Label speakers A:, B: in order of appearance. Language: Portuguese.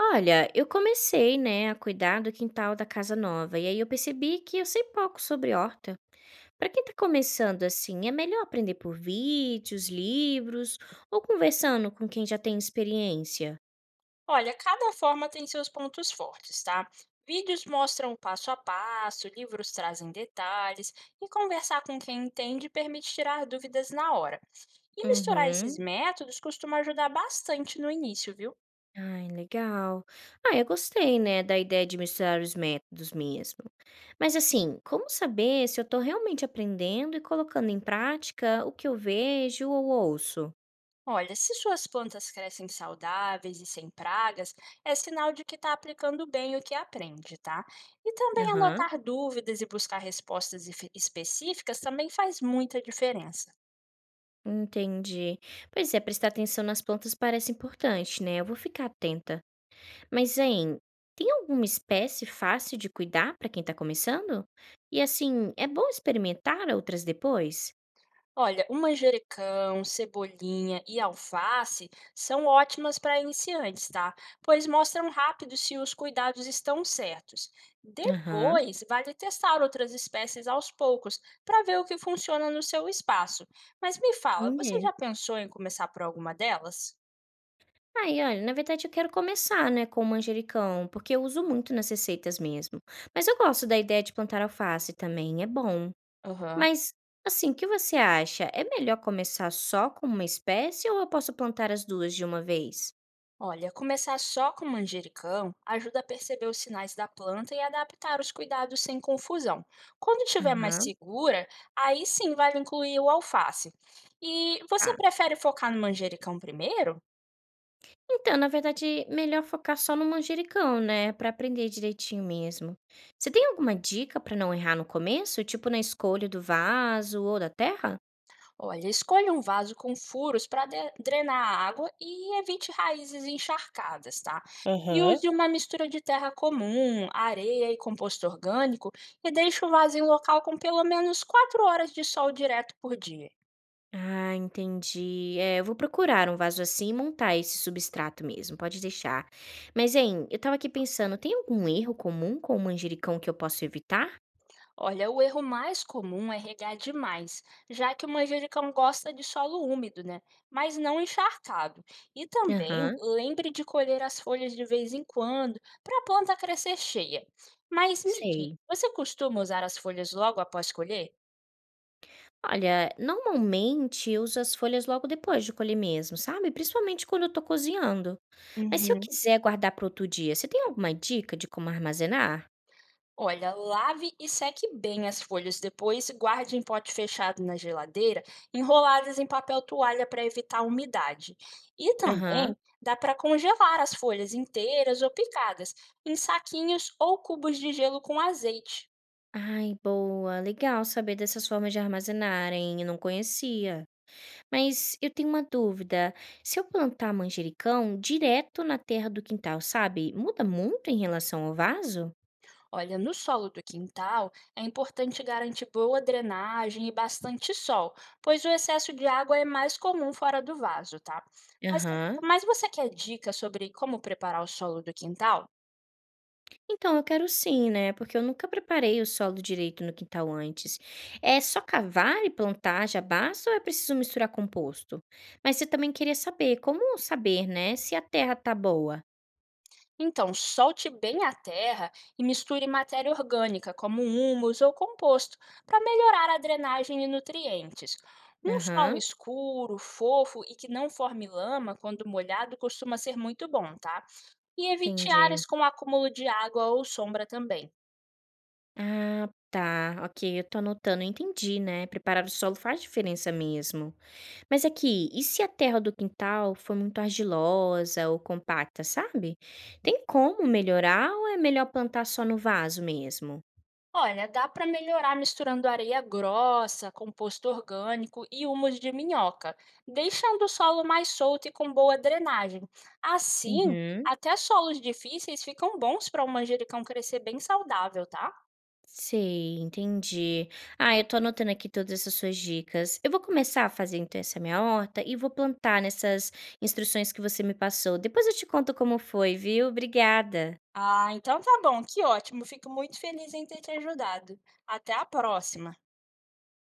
A: Olha, eu comecei, né, a cuidar do quintal da casa nova, e aí eu percebi que eu sei pouco sobre horta. Para quem tá começando assim, é melhor aprender por vídeos, livros ou conversando com quem já tem experiência?
B: Olha, cada forma tem seus pontos fortes, tá? Vídeos mostram o passo a passo, livros trazem detalhes, e conversar com quem entende permite tirar dúvidas na hora. E misturar esses
A: Uhum.
B: métodos costuma ajudar bastante no início, viu?
A: Ai, legal. Ah, eu gostei, né, da ideia de misturar os métodos mesmo. Mas assim, como saber se eu tô realmente aprendendo e colocando em prática o que eu vejo ou ouço?
B: Olha, se suas plantas crescem saudáveis e sem pragas, é sinal de que está aplicando bem o que aprende, tá? E também
A: Aham.
B: anotar dúvidas e buscar respostas específicas também faz muita diferença.
A: Entendi. Pois é, prestar atenção nas plantas parece importante, né? Eu vou ficar atenta. Mas, hein, tem alguma espécie fácil de cuidar para quem tá começando? E assim, é bom experimentar outras depois?
B: Olha, o manjericão, cebolinha e alface são ótimas para iniciantes, tá? Pois mostram rápido se os cuidados estão certos.
A: Aham,
B: Depois, vale testar outras espécies aos poucos para ver o que funciona no seu espaço. Mas me fala, você já
A: entendi.
B: pensou em começar por alguma delas?
A: Aí, olha, na verdade eu quero começar, né, com o manjericão, porque eu uso muito nas receitas mesmo. Mas eu gosto da ideia de plantar alface também, é bom.
B: Aham.
A: Mas, assim, o que você acha? É melhor começar só com uma espécie ou eu posso plantar as duas de uma vez?
B: Olha, começar só com manjericão ajuda a perceber os sinais da planta e adaptar os cuidados sem confusão. Quando estiver mais
A: Aham,
B: segura, aí sim vale incluir o alface. E você
A: tá.
B: prefere focar no manjericão primeiro?
A: Então, na verdade, melhor focar só no manjericão, né, pra aprender direitinho mesmo. Você tem alguma dica pra não errar no começo, tipo na escolha do vaso ou da terra?
B: Olha, escolha um vaso com furos para drenar a água e evite raízes encharcadas, tá? E
A: Aham.
B: use uma mistura de terra comum, areia e composto orgânico e deixe o vaso em local com pelo menos 4 horas de sol direto por dia.
A: Ah, entendi. É, eu vou procurar um vaso assim e montar esse substrato mesmo, pode deixar. Mas, hein, eu tava aqui pensando, tem algum erro comum com o manjericão que eu posso evitar?
B: Olha, o erro mais comum é regar demais, já que o manjericão gosta de solo úmido, né? Mas não encharcado. E também
A: Aham,
B: lembre de colher as folhas de vez em quando, para a planta crescer cheia. Mas me diz,
A: sei.
B: você costuma usar as folhas logo após colher?
A: Olha, normalmente eu uso as folhas logo depois de colher mesmo, sabe? Principalmente quando eu tô cozinhando. Mas se eu
B: Uhum.
A: quiser guardar para outro dia, você tem alguma dica de como armazenar?
B: Olha, lave e seque bem as folhas depois, e guarde em pote fechado na geladeira, enroladas em papel toalha para evitar a umidade. E
A: Aham.
B: também dá para congelar as folhas inteiras ou picadas em saquinhos ou cubos de gelo com azeite.
A: Ai, boa. Legal saber dessas formas de armazenar, eu não conhecia. Mas eu tenho uma dúvida. Se eu plantar manjericão direto na terra do quintal, sabe? Muda muito em relação ao vaso?
B: Olha, no solo do quintal é importante garantir boa drenagem e bastante sol, pois o excesso de água é mais comum fora do vaso, tá? Mas,
A: Aham.
B: mas você quer dicas sobre como preparar o solo do quintal?
A: Então, eu quero sim, né, porque eu nunca preparei o solo direito no quintal antes. É só cavar e plantar já basta ou é preciso misturar composto? Mas eu também queria saber, como saber, né, se a terra tá boa?
B: Então, solte bem a terra e misture matéria orgânica, como humus ou composto, para melhorar a drenagem e nutrientes. Um solo
A: Aham,
B: escuro, fofo e que não forme lama quando molhado costuma ser muito bom, tá? E evite
A: entendi.
B: áreas com acúmulo de água ou sombra também.
A: Ah, tá, ok, eu tô anotando, entendi, né, preparar o solo faz diferença mesmo. Mas aqui, e se a terra do quintal for muito argilosa ou compacta, sabe? Tem como melhorar ou é melhor plantar só no vaso mesmo?
B: Olha, dá para melhorar misturando areia grossa, composto orgânico e humus de minhoca, deixando o solo mais solto e com boa drenagem. Assim,
A: Uhum.
B: até solos difíceis ficam bons para o manjericão crescer bem saudável, tá?
A: Sei, entendi. Ah, eu tô anotando aqui todas essas suas dicas. Eu vou começar a fazer então essa minha horta e vou plantar nessas instruções que você me passou. Depois eu te conto como foi, viu? Obrigada.
B: Ah, então tá bom, que ótimo. Fico muito feliz em ter te ajudado. Até a próxima.